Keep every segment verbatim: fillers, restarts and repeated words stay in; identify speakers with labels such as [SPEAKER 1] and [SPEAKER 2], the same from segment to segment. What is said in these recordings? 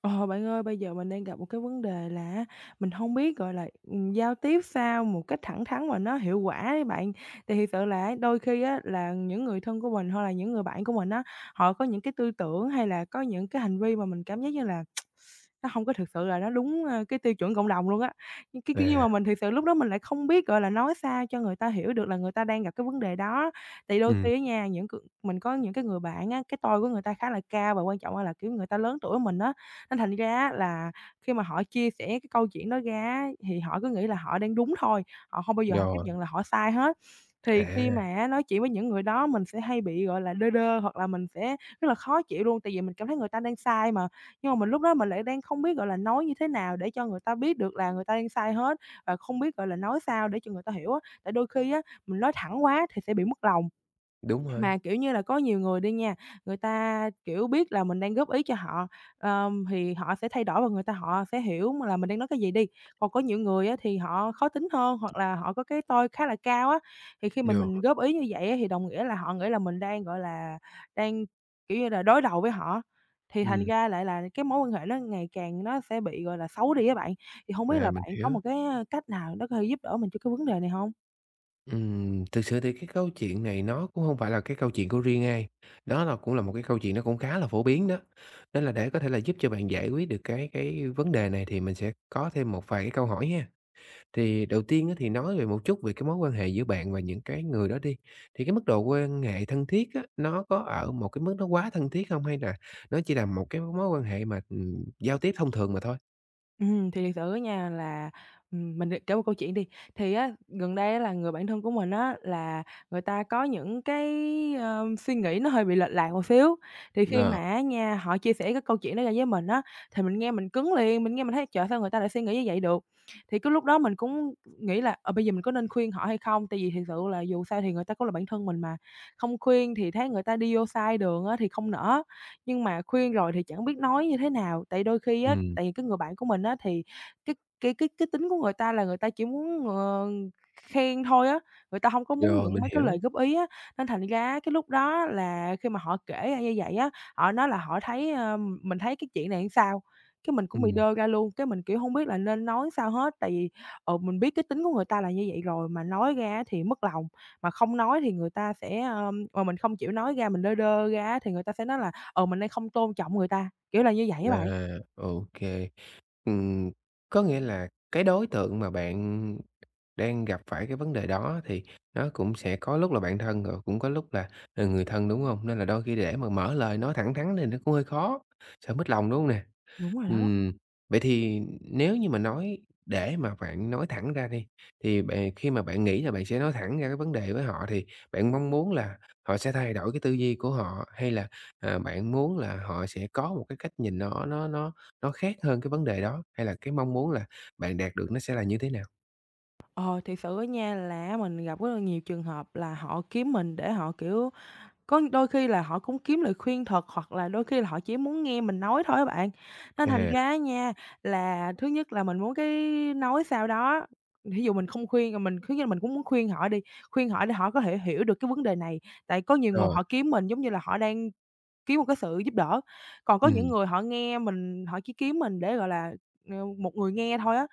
[SPEAKER 1] Ờ, bạn ơi, bây giờ mình đang gặp một cái vấn đề là á, mình không biết, gọi là, ừm, giao tiếp sao một cách thẳng thắn mà nó hiệu quả ấy bạn. Thì thiệt sự là đôi khi á, là những người thân của mình, hoặc là những người bạn của mình á, họ có những cái tư tưởng hay là có những cái hành vi mà mình cảm giác như là nó hông có thực sự là nó đúng, ơ, cái tiêu chuẩn cộng đồng luôn á. Nhưng cái cái nhưng
[SPEAKER 2] À,
[SPEAKER 1] mà mình thực sự lúc đó mình lại không biết, gọi là, nói sao cho người ta hiểu được là người ta đang gặp cái vấn đề đó. Thì đôi
[SPEAKER 2] ừm,
[SPEAKER 1] khi á nha, những c mình có những cái người bạn á, cái tôi của người ta khá là cao và quan trọng á là, kiểu, người ta lớn tuổi hơn mình á, nên thành ra á là khi mà họ chia sẻ cái câu chuyện đó ra á, thì họ cứ nghĩ là họ đang đúng thôi, họ hông bao giờ họ chấp
[SPEAKER 2] rồi,
[SPEAKER 1] nhận là họ sai hết. Thì khi mà
[SPEAKER 2] à,
[SPEAKER 1] á nói chuyện với những người đó mình sẽ hay bị, gọi là, đơ đơ hoặc là mình sẽ rất là khó chịu luôn, tại vì mình cảm thấy người ta đang sai mà. Nhưng mà mình lúc đó mình lại đang không biết, gọi là, nói như thế nào để cho người ta biết được là người ta đang sai hết và không biết, gọi là, nói sao để cho người ta hiểu á. Tại đôi khi á, mình nói thẳng quá thì sẽ bị mất lòng.
[SPEAKER 2] đúng rồi,
[SPEAKER 1] Mà, kiểu như là, có nhiều người đi nha, người ta, kiểu, biết là mình đang góp ý cho họ, ờm, thì họ sẽ thay đổi và người ta họ sẽ hiểu mà là mình đang nói cái gì đi. Còn có nhiều người á thì họ khó tính hơn hoặc là họ có cái tôi khá là cao á, thì khi mà
[SPEAKER 2] rồi,
[SPEAKER 1] mình góp ý như vậy á thì đồng nghĩa là họ nghĩ là mình đang, gọi là, đang, kiểu như là, đối đầu với họ, thì thành
[SPEAKER 2] ừm,
[SPEAKER 1] ra lại là cái mối quan hệ nó ngày càng nó sẽ bị, gọi là, xấu đi á bạn. Thì hông biết
[SPEAKER 2] à,
[SPEAKER 1] là
[SPEAKER 2] mình
[SPEAKER 1] bạn có
[SPEAKER 2] hiểu.
[SPEAKER 1] một cái, a, cách nào nó có thể giúp đỡ mình cho cái vấn đề này hông?
[SPEAKER 2] Ừm, thực sự thì cái câu chuyện này nó cũng hông phải là cái câu chuyện của riêng ai, đó là cũng là một cái câu chuyện nó cũng khá là phổ biến đó. Nên là để có thể là giúp cho bạn giải quyết được cái cái vấn đề này thì mình sẽ có thêm một vài cái câu hỏi ha. Thì đầu tiên á, thì nói về một chút về cái mối quan hệ giữa bạn và những cái người đó đi, thì cái mức độ quan hệ thân thiết á, nó có ở một cái mức nó quá thân thiết hông? Hay là nó chỉ là một cái mối quan hệ mà, ừm, giao tiếp thông thường mà thôi?
[SPEAKER 1] Ừm, thì thiệt sự á nha là, ừm, mình kể một câu chuyện đi. Thì á, gần đây á là người bạn thân của mình á, là người ta có những cái, ơ, suy nghĩ nó hơi bị lệch lạc một xíu. Thì khi mà
[SPEAKER 2] Ờ.
[SPEAKER 1] á nha, họ chia sẻ cái câu chuyện đó ra với mình á, thì mình nghe mình cứng liền, mình nghe mình thấy "Trời, sao người ta lại suy nghĩ như vậy được?" Thì cái lúc đó mình cũng nghĩ là, ờ, bây giờ mình có nên khuyên họ hay không? Tại vì thiệt sự là dù sao thì người ta cũng là bạn thân mình mà, không khuyên thì thấy người ta đi vô sai đường á thì không nỡ. Nhưng mà khuyên rồi thì chẳng biết nói như thế nào, tại đôi khi á,
[SPEAKER 2] Ừm,
[SPEAKER 1] tại vì cái người bạn của mình á, thì cái cái cái cái tính của người ta là người ta chỉ muốn, ờ, khen thôi á, người ta hông có muốn
[SPEAKER 2] rồi,
[SPEAKER 1] những
[SPEAKER 2] mình
[SPEAKER 1] mấy cái lời
[SPEAKER 2] hiểu.
[SPEAKER 1] góp ý á. Nên thành ra á, cái lúc đó là khi mà họ kể ra như vậy á, họ nói là họ thấy, ơ, mình thấy cái chuyện này làm sao, cái mình cũng bị
[SPEAKER 2] Ừm,
[SPEAKER 1] đơ ra luôn, cái mình, kiểu, hông biết là nên nói sao hết. Tại vì, ừ, mình biết cái tính của người ta là như vậy rồi, mà nói ra á thì mất lòng, mà không nói thì người ta sẽ, ơ mà mình không chịu nói ra, mình đơ đơ ra á thì người ta sẽ nói là "Ờ, mình đang không tôn trọng người ta", kiểu là như vậy á bạn.
[SPEAKER 2] à, ô, ừm, có nghĩa là cái đối tượng mà bạn đang gặp phải cái vấn đề đó thì nó cũng sẽ có lúc là bạn thân, rồi cũng có lúc là, ờ, người thân, đúng không? Nên là đôi khi để mà mở lời nói thẳng thắn thì nó cũng hơi khó, sợ mất lòng, đúng không nè?
[SPEAKER 1] Đúng rồi đó.
[SPEAKER 2] Ừm, vậy thì nếu như mà nói để mà bạn nói thẳng ra đi, thì bạn khi mà bạn nghĩ là bạn sẽ nói thẳng ra cái vấn đề với họ thì bạn mong muốn là họ sẽ thay đổi cái tư duy của họ, hay là, à, bạn muốn là họ sẽ có một cái cách nhìn nó nó nó nó khác hơn cái vấn đề đó? Hay là cái mong muốn là bạn đạt được nó sẽ là như thế nào?
[SPEAKER 1] Ờ, thiệt sự á nha là mình gặp rất là nhiều trường hợp là họ kiếm mình để họ, kiểu có đôi khi là họ cũng kiếm lời khuyên thật, hoặc là đôi khi là họ chỉ muốn nghe mình nói thôi á bạn. Nên thành
[SPEAKER 2] À,
[SPEAKER 1] ra nha là thứ nhất là mình muốn cái nói sao đó, ví dụ mình không khuyên, rồi mình thứ nhất là mình cũng muốn khuyên họ đi, khuyên họ để họ có thể hiểu được cái vấn đề này. Tại có nhiều người
[SPEAKER 2] rồi,
[SPEAKER 1] họ kiếm mình giống như là họ đang kiếm một cái sự giúp đỡ. Còn có
[SPEAKER 2] ừm,
[SPEAKER 1] những người họ nghe mình họ chỉ kiếm mình để, gọi là, ờ, một người nghe thôi á.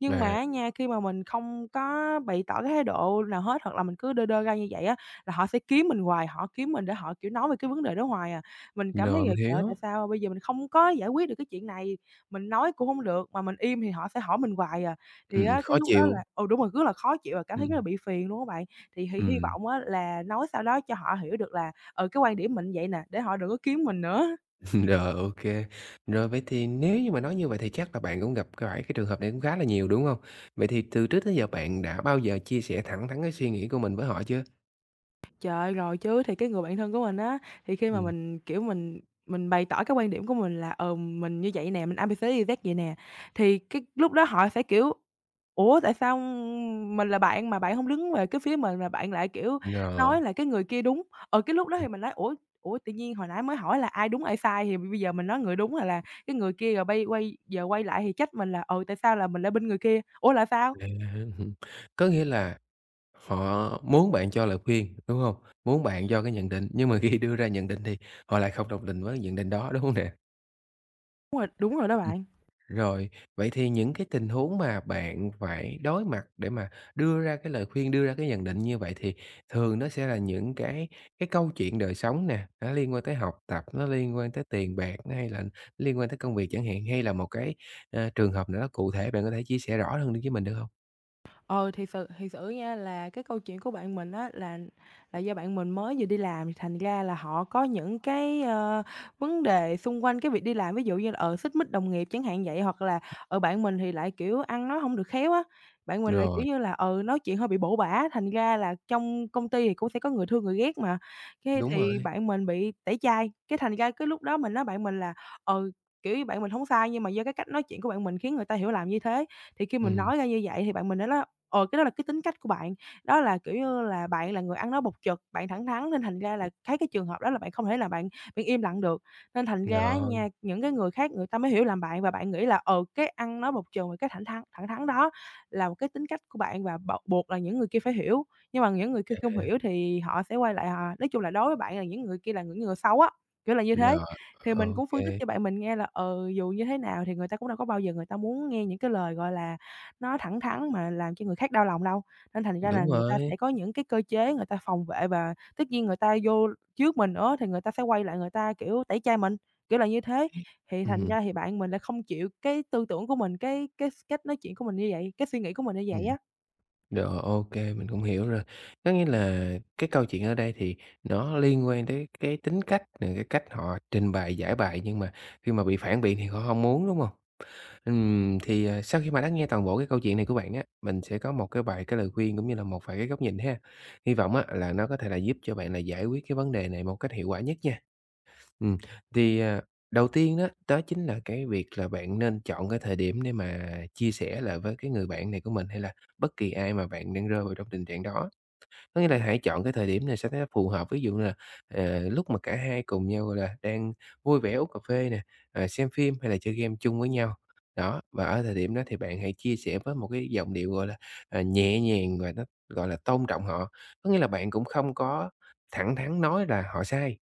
[SPEAKER 1] Nhưng mà
[SPEAKER 2] à,
[SPEAKER 1] á nha, khi mà mình không có bày tỏ cái thái độ nào hết, hoặc là mình cứ đơ đơ ra như vậy á, là họ sẽ kiếm mình hoài, họ kiếm mình để họ, kiểu, nói về cái vấn đề đó hoài à. Mình cảm thấy
[SPEAKER 2] rồi,
[SPEAKER 1] là
[SPEAKER 2] mình
[SPEAKER 1] trời ơi,
[SPEAKER 2] hiểu,
[SPEAKER 1] tại sao bây giờ mình không có giải quyết được cái chuyện này, mình nói cũng hông được, mà mình im thì họ sẽ hỏi mình hoài à. Thì
[SPEAKER 2] ừm,
[SPEAKER 1] á, cái
[SPEAKER 2] khó
[SPEAKER 1] lúc đó
[SPEAKER 2] chịu,
[SPEAKER 1] là ừ, đúng rồi, rất là khó chịu và cảm thấy rất là
[SPEAKER 2] ừm,
[SPEAKER 1] bị phiền luôn á bạn. Thì hy hy
[SPEAKER 2] ừm.
[SPEAKER 1] vọng á là nói sao đó cho họ hiểu được là ừ, cái quan điểm mình vậy nè, để họ đừng có kiếm mình nữa.
[SPEAKER 2] Rồi, OK. Rồi vậy thì nếu như mà nói như vậy thì chắc là bạn cũng gặp cái phải cái trường hợp này cũng khá là nhiều, đúng không? Vậy thì từ trước tới giờ bạn đã bao giờ chia sẻ thẳng thắn cái suy nghĩ của mình với họ chưa?
[SPEAKER 1] Trời ơi, rồi chứ, thì cái người bạn thân của mình á, thì khi mà
[SPEAKER 2] Ừm.
[SPEAKER 1] mình, kiểu, mình mình bày tỏ cái quan điểm của mình là, ừ, mình như vậy nè, mình a bê xê đê dét vậy nè, thì cái lúc đó họ sẽ, kiểu, "Ủa, tại sao mình là bạn mà bạn không đứng về cái phía mình mà bạn lại, kiểu,
[SPEAKER 2] Rồi,
[SPEAKER 1] nói là cái người kia đúng?" Ở cái lúc đó
[SPEAKER 2] ừm,
[SPEAKER 1] thì mình nói: "Ủa ủa, tự nhiên hồi nãy mới hỏi là ai đúng ai sai thì bây giờ mình nói người đúng là là cái người kia rồi bay quay giờ quay lại thì trách mình là, ừ, tại sao là mình lại bên người kia? Ủa là sao?"
[SPEAKER 2] có nghĩa là họ muốn bạn cho lời khuyên, đúng không? Muốn bạn cho cái nhận định, nhưng mà khi đưa ra nhận định thì họ lại không đồng tình với nhận định đó, đúng không nè?
[SPEAKER 1] Đúng rồi, đúng rồi đó bạn.
[SPEAKER 2] Rồi, vậy thì những cái tình huống mà bạn phải đối mặt để mà đưa ra cái lời khuyên, đưa ra cái nhận định như vậy thì thường nó sẽ là những cái cái câu chuyện đời sống nè, nó liên quan tới học tập, nó liên quan tới tiền bạc, nó hay là liên quan tới công việc chẳng hạn, hay là một cái, ờ, trường hợp nào đó cụ thể bạn có thể chia sẻ rõ hơn với mình được không?
[SPEAKER 1] Ờ, thì sự thì sự nha là cái câu chuyện của bạn mình á là là do bạn mình mới vừa đi làm thì thành ra là họ có những cái, ơ, vấn đề xung quanh cái việc đi làm, ví dụ như là, ờ, xích mích đồng nghiệp chẳng hạn vậy, hoặc là, ở bạn mình thì lại, kiểu, ăn nói không được khéo á, bạn mình lại, kiểu
[SPEAKER 2] Rồi,
[SPEAKER 1] như là, ừ, nói chuyện hơi bị bổ bả, thành ra là trong công ty thì cũng sẽ có người thương người ghét mà, cái
[SPEAKER 2] đúng
[SPEAKER 1] thì
[SPEAKER 2] rồi,
[SPEAKER 1] bạn mình bị tẩy chay, cái thành ra cái lúc đó mình nói bạn mình là, ừ, kiểu như, bạn mình không sai nhưng mà do cái cách nói chuyện của bạn mình khiến người ta hiểu lầm như thế. Thì khi mình
[SPEAKER 2] ừm,
[SPEAKER 1] nói ra như vậy thì bạn mình đã nói ờ, cái đó là cái tính cách của bạn, đó là, kiểu như là, bạn là người ăn nói bộc trực, bạn thẳng thắn nên thành ra là thấy cái trường hợp đó là bạn không thể là bạn bạn im lặng được. Nên thành ra á
[SPEAKER 2] rồi,
[SPEAKER 1] nha, những cái người khác người ta mới hiểu làm bạn và bạn nghĩ là, ừ, cái ăn nói bộc trực và cái thẳng thắn thẳng thắn đó là một cái tính cách của bạn và bộc buộc là những người kia phải hiểu. Nhưng mà những người kia không hiểu thì họ sẽ quay lại họ nói chung là đối với bạn là những người kia là những người xấu á, kiểu là như thế.
[SPEAKER 2] rồi,
[SPEAKER 1] Thì mình
[SPEAKER 2] ô,
[SPEAKER 1] cũng phân tích cho bạn mình nghe là, ừ, dù như thế nào thì người ta cũng đâu có bao giờ người ta muốn nghe những cái lời, gọi là, nó thẳng thắn mà làm cho người khác đau lòng đâu. Nên thành ra là
[SPEAKER 2] đúng
[SPEAKER 1] người ta
[SPEAKER 2] rồi,
[SPEAKER 1] sẽ có những cái cơ chế người ta phòng vệ và tất nhiên người ta vô trước mình nữa thì người ta sẽ quay lại người ta, kiểu, tẩy chay mình, kiểu là như thế. Thì thành
[SPEAKER 2] ừm,
[SPEAKER 1] ra thì bạn mình lại không chịu cái tư tưởng của mình, cái cái s cách nói chuyện của mình như vậy, cái suy nghĩ của mình như
[SPEAKER 2] ừm.
[SPEAKER 1] vậy á.
[SPEAKER 2] Rồi, OK, mình cũng hiểu rồi. Có nghĩa là cái câu chuyện ở đây thì nó liên quan tới cái tính cách nè, cái cách họ trình bày, giải bày, nhưng mà khi mà bị phản biện thì họ không muốn, đúng không? Ừm, thì, à, sau khi mà đã nghe toàn bộ cái câu chuyện này của bạn á, mình sẽ có một cái vài cái lời khuyên cũng như là một vài cái góc nhìn ha. Hy vọng á là nó có thể là giúp cho bạn là giải quyết cái vấn đề này một cách hiệu quả nhất nha. Ừm, thì, à, đầu tiên đó, đó chính là cái việc là bạn nên chọn cái thời điểm để mà chia sẻ lại với cái người bạn này của mình, hay là bất kỳ ai mà bạn đang rơi vào trong tình trạng đó. Có nghĩa là hãy chọn cái thời điểm này sẽ cho phù hợp, ví dụ là, ờ, lúc mà cả hai cùng nhau, gọi là, đang vui vẻ uống cà phê nè, ờ, xem phim hay là chơi game chung với nhau. Đó, và ở thời điểm đó thì bạn hãy chia sẻ với một cái giọng điệu, gọi là, à, nhẹ nhàng và nó, gọi là, tôn trọng họ. Có nghĩa là bạn cũng không có thẳng thắn nói là họ sai.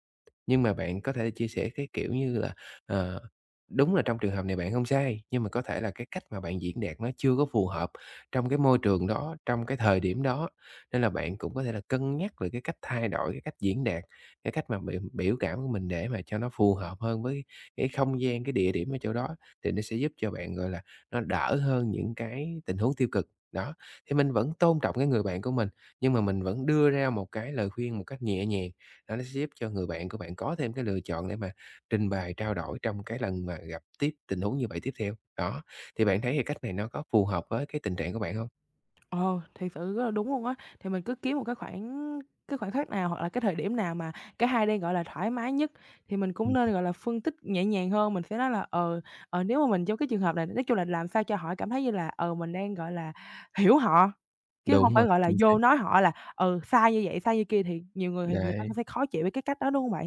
[SPEAKER 2] Nhưng mà bạn có thể chia sẻ cái, kiểu như là, ờ, đúng là trong trường hợp này bạn không sai, nhưng mà có thể là cái cách mà bạn diễn đạt nó chưa có phù hợp trong cái môi trường đó, trong cái thời điểm đó, nên là bạn cũng có thể là cân nhắc về cái cách thay đổi cái cách diễn đạt, cái cách mà biểu biểu cảm của mình để mà cho nó phù hợp hơn với cái không gian, cái địa điểm ở chỗ đó, thì nó sẽ giúp cho bạn, gọi là, nó đỡ hơn những cái tình huống tiêu cực. Đó, thì mình vẫn tôn trọng cái người bạn của mình, nhưng mà mình vẫn đưa ra một cái lời khuyên một cách nhẹ nhàng. Nó nó sẽ giúp cho người bạn của bạn có thêm cái lựa chọn để mà trình bày, trao đổi trong cái lần mà gặp tiếp tình huống như vậy tiếp theo. Đó, thì bạn thấy cái cách này nó có phù hợp với cái tình trạng của bạn không?
[SPEAKER 1] Ờ, thiệt sự rất là đúng luôn á. Thì mình cứ kiếm một cái khoảng cái khoảnh khắc nào hoặc là cái thời điểm nào mà cả hai đang, gọi là, thoải mái nhất thì mình cũng
[SPEAKER 2] Ừm,
[SPEAKER 1] nên, gọi là, phân tích nhẹ nhàng hơn. Mình sẽ nói là, ờ, ờ, nếu mà mình trong cái trường hợp này nói chung là làm sao cho họ cảm thấy như là, ờ, mình đang, gọi là, hiểu họ, chứ hông
[SPEAKER 2] đúng
[SPEAKER 1] phải,
[SPEAKER 2] rồi,
[SPEAKER 1] gọi là,
[SPEAKER 2] chính xác.
[SPEAKER 1] vô nói họ là, ừ, sai như vậy, sai như kia thì nhiều người thì người ta
[SPEAKER 2] Đấy.
[SPEAKER 1] cũng sẽ khó chịu với cái cách đó, đúng hông bạn?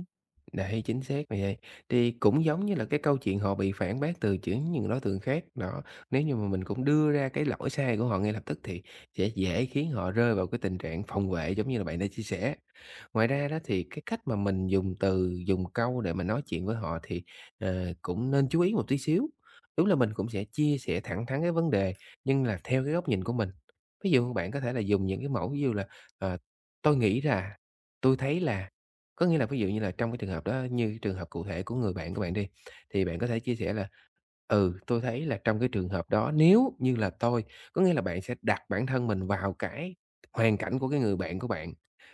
[SPEAKER 2] Đấy, chính xác là vậy. Thì cũng giống như là cái câu chuyện họ bị phản bác từ chính những đối tượng khác, đó, nếu như mà mình cũng đưa ra cái lỗi sai của họ ngay lập tức thì sẽ dễ khiến họ rơi vào cái tình trạng phòng vệ giống như là bạn đã chia sẻ. Ngoài ra đó thì cái cách mà mình dùng từ, dùng câu để mà nói chuyện với họ thì, ờ, cũng nên chú ý một tí xíu. Đúng là mình cũng sẽ chia sẻ thẳng thắn cái vấn đề, nhưng là theo cái góc nhìn của mình. Ví dụ bạn có thể là dùng những cái mẫu ví dụ là, ờ, "Tôi nghĩ là", "Tôi thấy là". Có nghĩa là ví dụ như là trong cái trường hợp đó, như trường hợp cụ thể của người bạn của bạn đi, thì bạn có thể chia sẻ là "Ừ, tôi thấy là trong cái trường hợp đó nếu như là tôi", có nghĩa là bạn sẽ đặt bản thân mình vào cái hoàn cảnh của cái người bạn của bạn.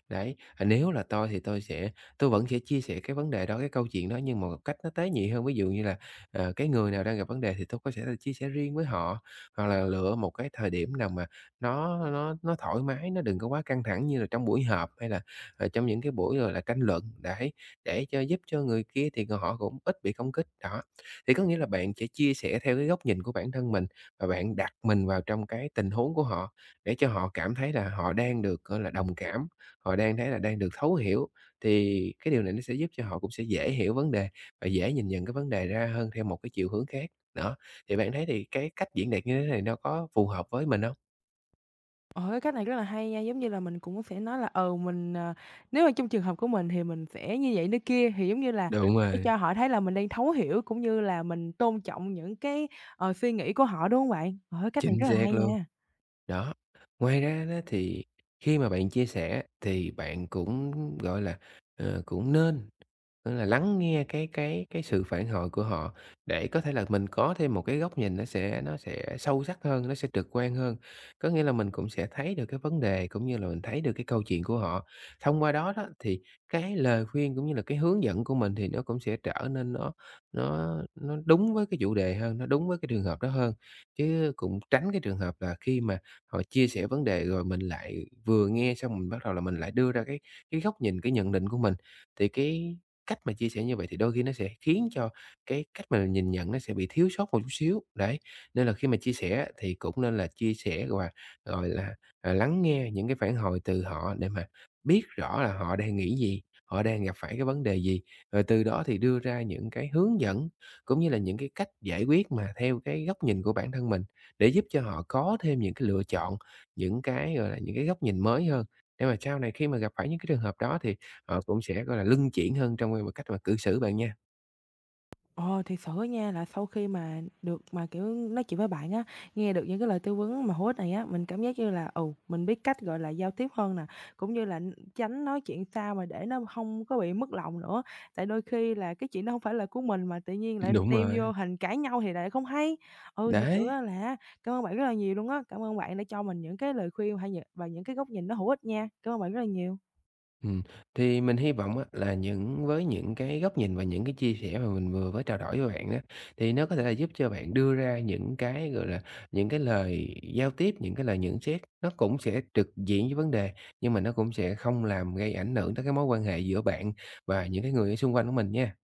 [SPEAKER 2] Đấy, à, "Nếu là tôi thì tôi sẽ tôi vẫn sẽ chia sẻ cái vấn đề đó, cái câu chuyện đó nhưng mà một cách nó tế nhị hơn." Ví dụ như là, ờ, cái người nào đang gặp vấn đề thì tôi có sẽ chia sẻ riêng với họ, hoặc là lựa một cái thời điểm nào mà nó nó nó thoải mái, nó đừng có quá căng thẳng như là trong buổi họp hay là rồi trong những cái buổi, rồi là, tranh luận, đấy, để cho giúp cho người kia thì họ cũng ít bị công kích, đó. Thì có nghĩa là bạn sẽ chia sẻ theo cái góc nhìn của bản thân mình và bạn đặt mình vào trong cái tình huống của họ để cho họ cảm thấy là họ đang được, gọi là, đồng cảm, họ đang thấy là đang được thấu hiểu. Thì cái điều này nó sẽ giúp cho họ cũng sẽ dễ hiểu vấn đề và dễ nhìn nhận cái vấn đề ra hơn theo một cái chiều hướng khác. Đó, thì bạn thấy thì cái cách diễn đạt như thế này nó có phù hợp với mình không?
[SPEAKER 1] Ôi, cách này rất là hay nha, giống như là mình cũng sẽ nói là, ừ, mình, ờ, nếu mà trong trường hợp của mình thì mình sẽ như vậy, như kia, thì giống như là
[SPEAKER 2] Đúng
[SPEAKER 1] để
[SPEAKER 2] rồi,
[SPEAKER 1] cho họ thấy là mình đang thấu hiểu cũng như là mình tôn trọng những cái, ờ, suy nghĩ của họ, đúng không bạn? Trời cách này
[SPEAKER 2] chính
[SPEAKER 1] rất là
[SPEAKER 2] xác
[SPEAKER 1] hay
[SPEAKER 2] luôn.
[SPEAKER 1] nha.
[SPEAKER 2] Đó, ngoài ra đó thì khi mà bạn chia sẻ thì bạn cũng, gọi là, ờ, cũng nên, tức là lắng nghe cái cái cái sự phản hồi của họ để có thể là mình có thêm một cái góc nhìn nó sẽ nó sẽ sâu sắc hơn, nó sẽ trực quan hơn. Có nghĩa là mình cũng sẽ thấy được cái vấn đề cũng như là mình thấy được cái câu chuyện của họ. Thông qua đó đó thì cái lời khuyên cũng như là cái hướng dẫn của mình thì nó cũng sẽ trở nên nó nó nó đúng với cái chủ đề hơn, nó đúng với cái trường hợp đó hơn. Chứ cũng tránh cái trường hợp là khi mà họ chia sẻ vấn đề rồi mình lại vừa nghe xong mình bắt đầu là mình lại đưa ra cái cái góc nhìn, cái nhận định của mình thì cái cách mà chia sẻ như vậy thì đôi khi nó sẽ khiến cho cái cách mà nhìn nhận nó sẽ bị thiếu sót một chút xíu, đấy. Nên là khi mà chia sẻ thì cũng nên là chia sẻ và, gọi là, à, lắng nghe những cái phản hồi từ họ để mà biết rõ là họ đang nghĩ gì, họ đang gặp phải cái vấn đề gì, rồi từ đó thì đưa ra những cái hướng dẫn, cũng như là những cái cách giải quyết mà theo cái góc nhìn của bản thân mình, để giúp cho họ có thêm những cái lựa chọn, những cái, gọi là, những cái góc nhìn mới hơn. Để mà sau này khi mà gặp phải những cái trường hợp đó thì họ cũng sẽ, gọi là, luân chuyển hơn trong cái cách mà cư xử bạn nha.
[SPEAKER 1] Ồ, thiệt sự á nha là sau khi mà được mà, kiểu, nói chuyện với bạn á, nghe được những cái lời tư vấn mà hữu ích này á, mình cảm giác như là, ừ, mình biết cách, gọi là, giao tiếp hơn nè, cũng như là n- tránh nói chuyện sao mà để nó không có bị mất lòng nữa. Tại đôi khi là cái chuyện đó không phải là của mình mà tự nhiên lại
[SPEAKER 2] Đúng
[SPEAKER 1] đem
[SPEAKER 2] rồi.
[SPEAKER 1] vô hình cãi nhau thì lại không hay. Ừ, thiệt sự
[SPEAKER 2] Đấy,
[SPEAKER 1] á là cảm ơn bạn rất là nhiều luôn á, cảm ơn bạn đã cho mình những cái lời khuyên hay nh và những cái góc nhìn nó hữu ích nha. Cảm ơn bạn rất là nhiều.
[SPEAKER 2] ừm, thì mình hy vọng á là những với những cái góc nhìn và những cái chia sẻ mà mình vừa mới trao đổi với bạn đó thì nó có thể là giúp cho bạn đưa ra những cái, gọi là, những cái lời giao tiếp, những cái lời nhận xét nó cũng sẽ trực diện với vấn đề, nhưng mà nó cũng sẽ không làm gây ảnh hưởng tới cái mối quan hệ giữa bạn và những cái người ở xung quanh của mình nha.